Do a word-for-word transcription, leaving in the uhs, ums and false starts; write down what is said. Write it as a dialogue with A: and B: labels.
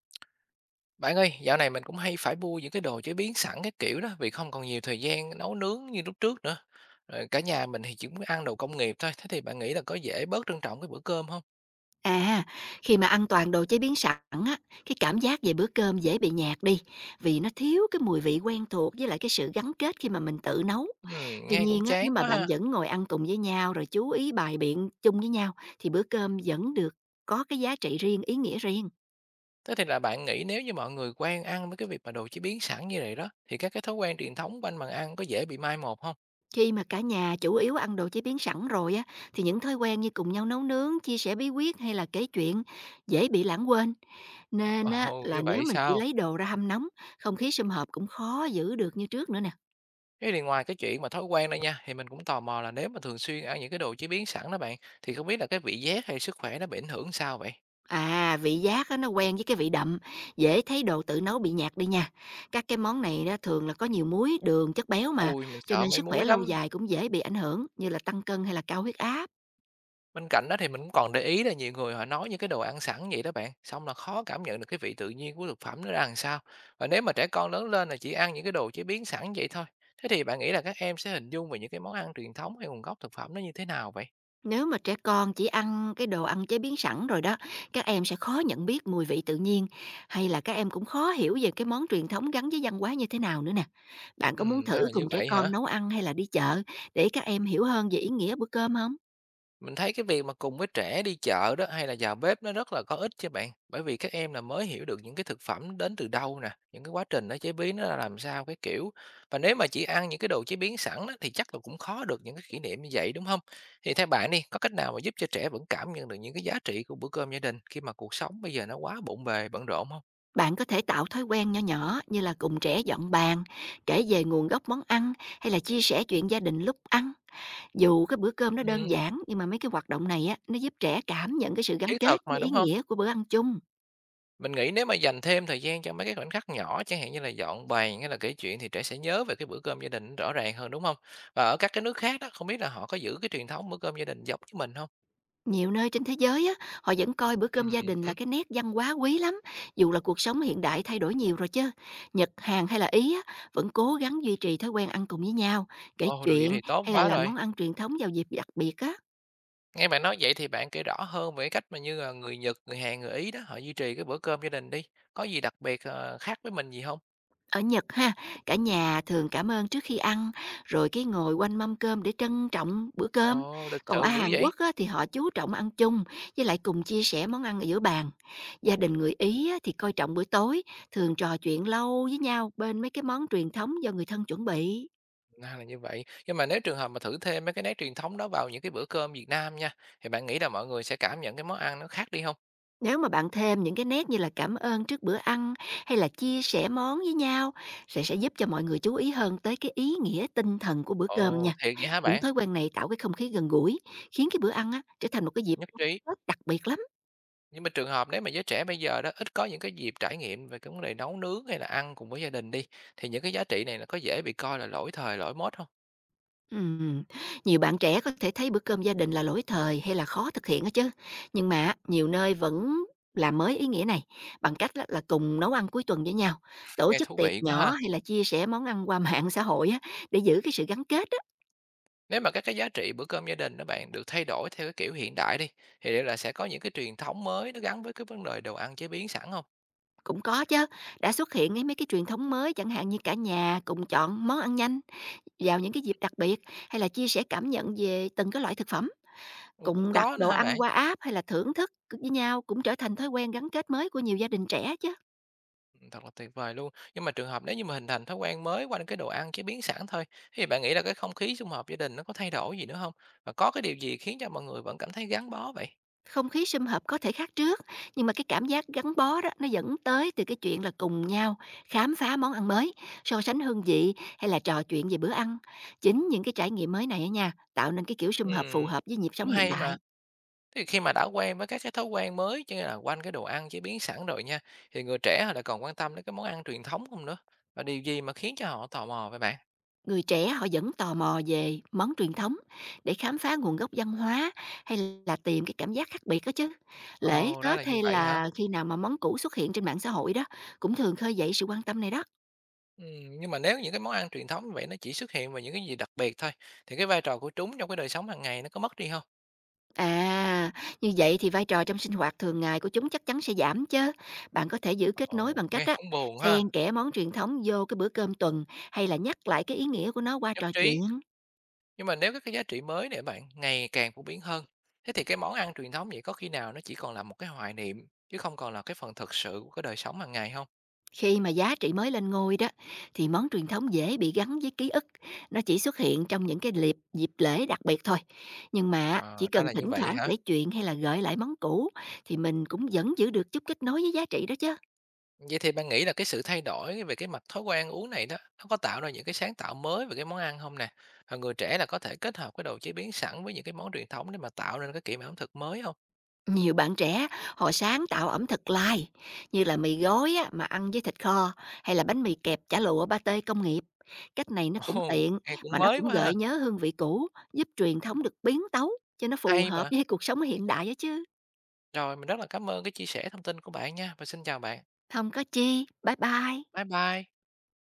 A: Bạn ơi, dạo này mình cũng hay phải mua những cái đồ chế biến sẵn cái kiểu đó vì không còn nhiều thời gian nấu nướng như lúc trước nữa. Rồi cả nhà mình thì chỉ muốn ăn đồ công nghiệp thôi. Thế thì bạn nghĩ là có dễ bớt trân trọng cái bữa cơm không?
B: À, khi mà ăn toàn đồ chế biến sẵn á, cái cảm giác về bữa cơm dễ bị nhạt đi, vì nó thiếu cái mùi vị quen thuộc với lại cái sự gắn kết khi mà mình tự nấu.
A: Ừm,
B: Tuy
A: nghe cũng
B: nhiên á,
A: chán
B: nếu mà
A: quá
B: bạn
A: ha.
B: vẫn ngồi ăn cùng với nhau rồi chú ý bài biện chung với nhau thì bữa cơm vẫn được có cái giá trị riêng, ý nghĩa riêng.
A: Thế thì là bạn nghĩ nếu như mọi người quen ăn với cái việc mà đồ chế biến sẵn như này đó thì các cái thói quen truyền thống quanh bàn ăn có dễ bị mai một không?
B: Khi mà cả nhà chủ yếu ăn đồ chế biến sẵn rồi á thì những thói quen như cùng nhau nấu nướng, chia sẻ bí quyết hay là kể chuyện dễ bị lãng quên. Nên á
A: Ồ,
B: là
A: như
B: nếu
A: vậy
B: mình chỉ
A: sao?
B: lấy đồ ra hâm nóng, không khí sum họp cũng khó giữ được như trước nữa nè.
A: Thế thì ngoài cái chuyện mà thói quen đó nha, thì mình cũng tò mò là nếu mà thường xuyên ăn những cái đồ chế biến sẵn đó bạn, thì không biết là cái vị giác hay sức khỏe nó bị ảnh hưởng sao vậy?
B: À, vị giác á, nó quen với cái vị đậm, dễ thấy đồ tự nấu bị nhạt đi nha. Các cái món này đó thường là có nhiều muối, đường, chất béo mà,
A: ui, mình
B: cho
A: sợ
B: nên
A: mấy
B: sức khỏe
A: muối lắm.
B: lâu dài cũng dễ bị ảnh hưởng như là tăng cân hay là cao huyết áp.
A: Bên cạnh đó thì mình cũng còn để ý là nhiều người họ nói những cái đồ ăn sẵn vậy đó bạn, xong là khó cảm nhận được cái vị tự nhiên của thực phẩm nó ra làm sao. Và nếu mà trẻ con lớn lên là chỉ ăn những cái đồ chế biến sẵn vậy thôi, thế thì bạn nghĩ là các em sẽ hình dung về những cái món ăn truyền thống hay nguồn gốc thực phẩm nó như thế nào vậy?
B: Nếu mà trẻ con chỉ ăn cái đồ ăn chế biến sẵn rồi đó, các em sẽ khó nhận biết mùi vị tự nhiên hay là các em cũng khó hiểu về cái món truyền thống gắn với văn hóa như thế nào nữa nè. Bạn có muốn
A: Ừm, ra
B: thử
A: là
B: cùng
A: như
B: trẻ
A: vậy
B: con
A: hả?
B: nấu ăn hay là đi chợ để các em hiểu hơn về ý nghĩa bữa cơm không?
A: Mình thấy cái việc mà cùng với trẻ đi chợ đó hay là vào bếp nó rất là có ích cho bạn. Bởi vì các em là mới hiểu được những cái thực phẩm nó đến từ đâu nè, những cái quá trình nó chế biến nó ra làm sao cái kiểu. Và nếu mà chỉ ăn những cái đồ chế biến sẵn đó, thì chắc là cũng khó được những cái kỷ niệm như vậy đúng không? Thì theo bạn đi, có cách nào mà giúp cho trẻ vẫn cảm nhận được những cái giá trị của bữa cơm gia đình khi mà cuộc sống bây giờ nó quá bộn bề, bận rộn không?
B: Bạn có thể tạo thói quen nhỏ nhỏ như là cùng trẻ dọn bàn, kể về nguồn gốc món ăn hay là chia sẻ chuyện gia đình lúc ăn. Dù cái bữa cơm nó
A: Ừ,
B: đơn giản nhưng mà mấy cái hoạt động này á, nó giúp trẻ cảm nhận cái sự gắn
A: thiết thực
B: kết
A: mà
B: với ý
A: đúng không?
B: nghĩa của bữa ăn chung.
A: Mình nghĩ nếu mà dành thêm thời gian cho mấy cái khoảnh khắc nhỏ, chẳng hạn như là dọn bàn hay là kể chuyện thì trẻ sẽ nhớ về cái bữa cơm gia đình rõ ràng hơn, đúng không? Và ở các cái nước khác đó, không biết là họ có giữ cái truyền thống bữa cơm gia đình giống như mình không?
B: Nhiều nơi trên thế giới á, họ vẫn coi bữa cơm
A: Ừm
B: gia đình là
A: hứm,
B: cái nét văn hóa quý lắm, dù là cuộc sống hiện đại thay đổi nhiều rồi chứ. Nhật, Hàn hay là Ý á, vẫn cố gắng duy trì thói quen ăn cùng với nhau, kể
A: ồ, được vậy
B: chuyện
A: thì tốt
B: hay là
A: quá
B: làm
A: rồi.
B: món ăn truyền thống vào dịp đặc biệt á.
A: Nghe bạn nói vậy thì bạn kể rõ hơn về cái cách mà như là người Nhật, người Hàn, người Ý đó, họ duy trì cái bữa cơm gia đình đi, có gì đặc biệt, ờ, khác với mình gì không?
B: Ở Nhật ha, cả nhà thường cảm ơn trước khi ăn, rồi cái ngồi quanh mâm cơm để trân trọng bữa cơm.
A: Ồ, lịch
B: Còn ở
A: sự dữ
B: Hàn
A: vậy!
B: Quốc á, thì họ chú trọng ăn chung, với lại cùng chia sẻ món ăn ở giữa bàn. Gia đình người Ý á, thì coi trọng bữa tối, thường trò chuyện lâu với nhau bên mấy cái món truyền thống do người thân chuẩn bị.
A: Ra là như vậy. Nhưng mà nếu trường hợp mà thử thêm mấy cái nét truyền thống đó vào những cái bữa cơm Việt Nam nha, thì bạn nghĩ là mọi người sẽ cảm nhận cái món ăn nó khác đi không?
B: Nếu mà bạn thêm những cái nét như là cảm ơn trước bữa ăn hay là chia sẻ món với nhau sẽ sẽ giúp cho mọi người chú ý hơn tới cái ý nghĩa tinh thần của bữa cơm
A: Ồ,
B: nha.
A: thiệt vậy hả
B: Những
A: bạn?
B: thói quen này tạo cái không khí gần gũi, khiến cái bữa ăn á trở thành một cái dịp
A: Nhất trí.
B: rất đặc biệt lắm.
A: Nhưng mà trường hợp nếu mà giới trẻ bây giờ đó ít có những cái dịp trải nghiệm về cái vấn đề nấu nướng hay là ăn cùng với gia đình đi, thì những cái giá trị này nó có dễ bị coi là lỗi thời, lỗi mốt không?
B: Ừm, Nhiều bạn trẻ có thể thấy bữa cơm gia đình là lỗi thời hay là khó thực hiện á chứ. Nhưng mà nhiều nơi vẫn làm mới ý nghĩa này bằng cách á, là cùng nấu ăn cuối tuần với nhau, tổ
A: Nghe
B: chức
A: thú
B: tiệc
A: vị quá
B: nhỏ
A: ha.
B: hay là chia sẻ món ăn qua mạng xã hội á để giữ cái sự gắn kết á.
A: Nếu mà các cái giá trị bữa cơm gia đình đó bạn được thay đổi theo cái kiểu hiện đại đi, thì liệu là sẽ có những cái truyền thống mới nó gắn với cái vấn đề đồ ăn chế biến sẵn không?
B: Cũng có chứ, đã xuất hiện cái mấy cái truyền thống mới chẳng hạn như cả nhà cùng chọn món ăn nhanh vào những cái dịp đặc biệt, hay là chia sẻ cảm nhận về từng cái loại thực phẩm,
A: Ủa, cũng
B: cùng đặt
A: có nữa
B: đồ
A: hả
B: ăn
A: bạn?
B: qua app hay là thưởng thức với nhau cũng trở thành thói quen gắn kết mới của nhiều gia đình trẻ chứ.
A: Thật là tuyệt vời luôn. Nhưng mà trường hợp nếu như mà hình thành thói quen mới qua những cái đồ ăn chế biến sẵn thôi, thì bạn nghĩ là cái không khí sum họp gia đình nó có thay đổi gì nữa không? Và có cái điều gì khiến cho mọi người vẫn cảm thấy gắn bó vậy?
B: Không khí sum họp có thể khác trước, nhưng mà cái cảm giác gắn bó đó nó vẫn tới từ cái chuyện là cùng nhau khám phá món ăn mới, so sánh hương vị hay là trò chuyện về bữa ăn. Chính những cái trải nghiệm mới này á nha, tạo nên cái kiểu sum họp phù
A: Ừm,
B: hợp với nhịp sống
A: cũng
B: hiện
A: hay
B: đại.
A: mà. Thế thì khi mà đã quen với các cái thói quen mới, cho nên là quanh cái đồ ăn chế biến sẵn rồi nha, thì người trẻ họ lại còn quan tâm đến cái món ăn truyền thống không nữa? Và điều gì mà khiến cho họ tò mò vậy bạn?
B: Người trẻ họ vẫn tò mò về món truyền thống để khám phá nguồn gốc văn hóa hay là tìm cái cảm giác khác biệt đó chứ. Lễ
A: Ồ, ra là
B: Tết
A: như
B: hay
A: vậy hả?
B: là khi nào mà món cũ xuất hiện trên mạng xã hội đó cũng thường khơi dậy sự quan tâm này đó.
A: Ừm, nhưng mà nếu những cái món ăn truyền thống như vậy nó chỉ xuất hiện vào những cái gì đặc biệt thôi, thì cái vai trò của chúng trong cái đời sống hàng ngày nó có mất đi không?
B: À, như vậy thì vai trò trong sinh hoạt thường ngày của chúng chắc chắn sẽ giảm chứ. Bạn có thể giữ kết nối
A: Ồ,
B: bằng cách
A: nghe
B: á,
A: cũng buồn
B: xen
A: ha,
B: kẽ món truyền thống vô cái bữa cơm tuần hay là nhắc lại cái ý nghĩa của nó qua
A: nhất
B: trò
A: trí.
B: chuyện.
A: Nhưng mà nếu các cái giá trị mới này bạn ngày càng phổ biến hơn, thế thì cái món ăn truyền thống vậy có khi nào nó chỉ còn là một cái hoài niệm chứ không còn là cái phần thực sự của cái đời sống hàng ngày không
B: Khi mà giá trị mới lên ngôi đó thì món truyền thống dễ bị gắn với ký ức, nó chỉ xuất hiện trong những cái liệp dịp lễ đặc biệt thôi. Nhưng mà
A: Ờ,
B: chỉ
A: ra
B: cần
A: là như
B: thỉnh
A: vậy
B: thoảng kể
A: hả?
B: chuyện hay là gợi lại món cũ thì mình cũng vẫn giữ được chút kết nối với giá trị đó chứ.
A: Vậy thì bạn nghĩ là cái sự thay đổi về cái mặt thói quen uống này đó, nó có tạo ra những cái sáng tạo mới về cái món ăn không nè? Và người trẻ là có thể kết hợp cái đồ chế biến sẵn với những cái món truyền thống để mà tạo nên cái kiểu ẩm thực mới không
B: Nhiều bạn trẻ họ sáng tạo ẩm thực lai như là mì gói á, mà ăn với thịt kho hay là bánh mì kẹp chả lụa ba tê công nghiệp. Cách này nó cũng
A: Ồ,
B: tiện
A: nghe cũng
B: mà nó
A: mới
B: cũng
A: quá ha,
B: gợi nhớ hương vị cũ, giúp truyền thống được biến tấu cho nó phù
A: hay
B: hợp
A: mà.
B: với cuộc sống hiện đại đó chứ.
A: Rồi, mình rất là cảm ơn cái chia sẻ thông tin của bạn nha, và xin chào bạn.
B: Không có chi. Bye bye.
A: Bye bye.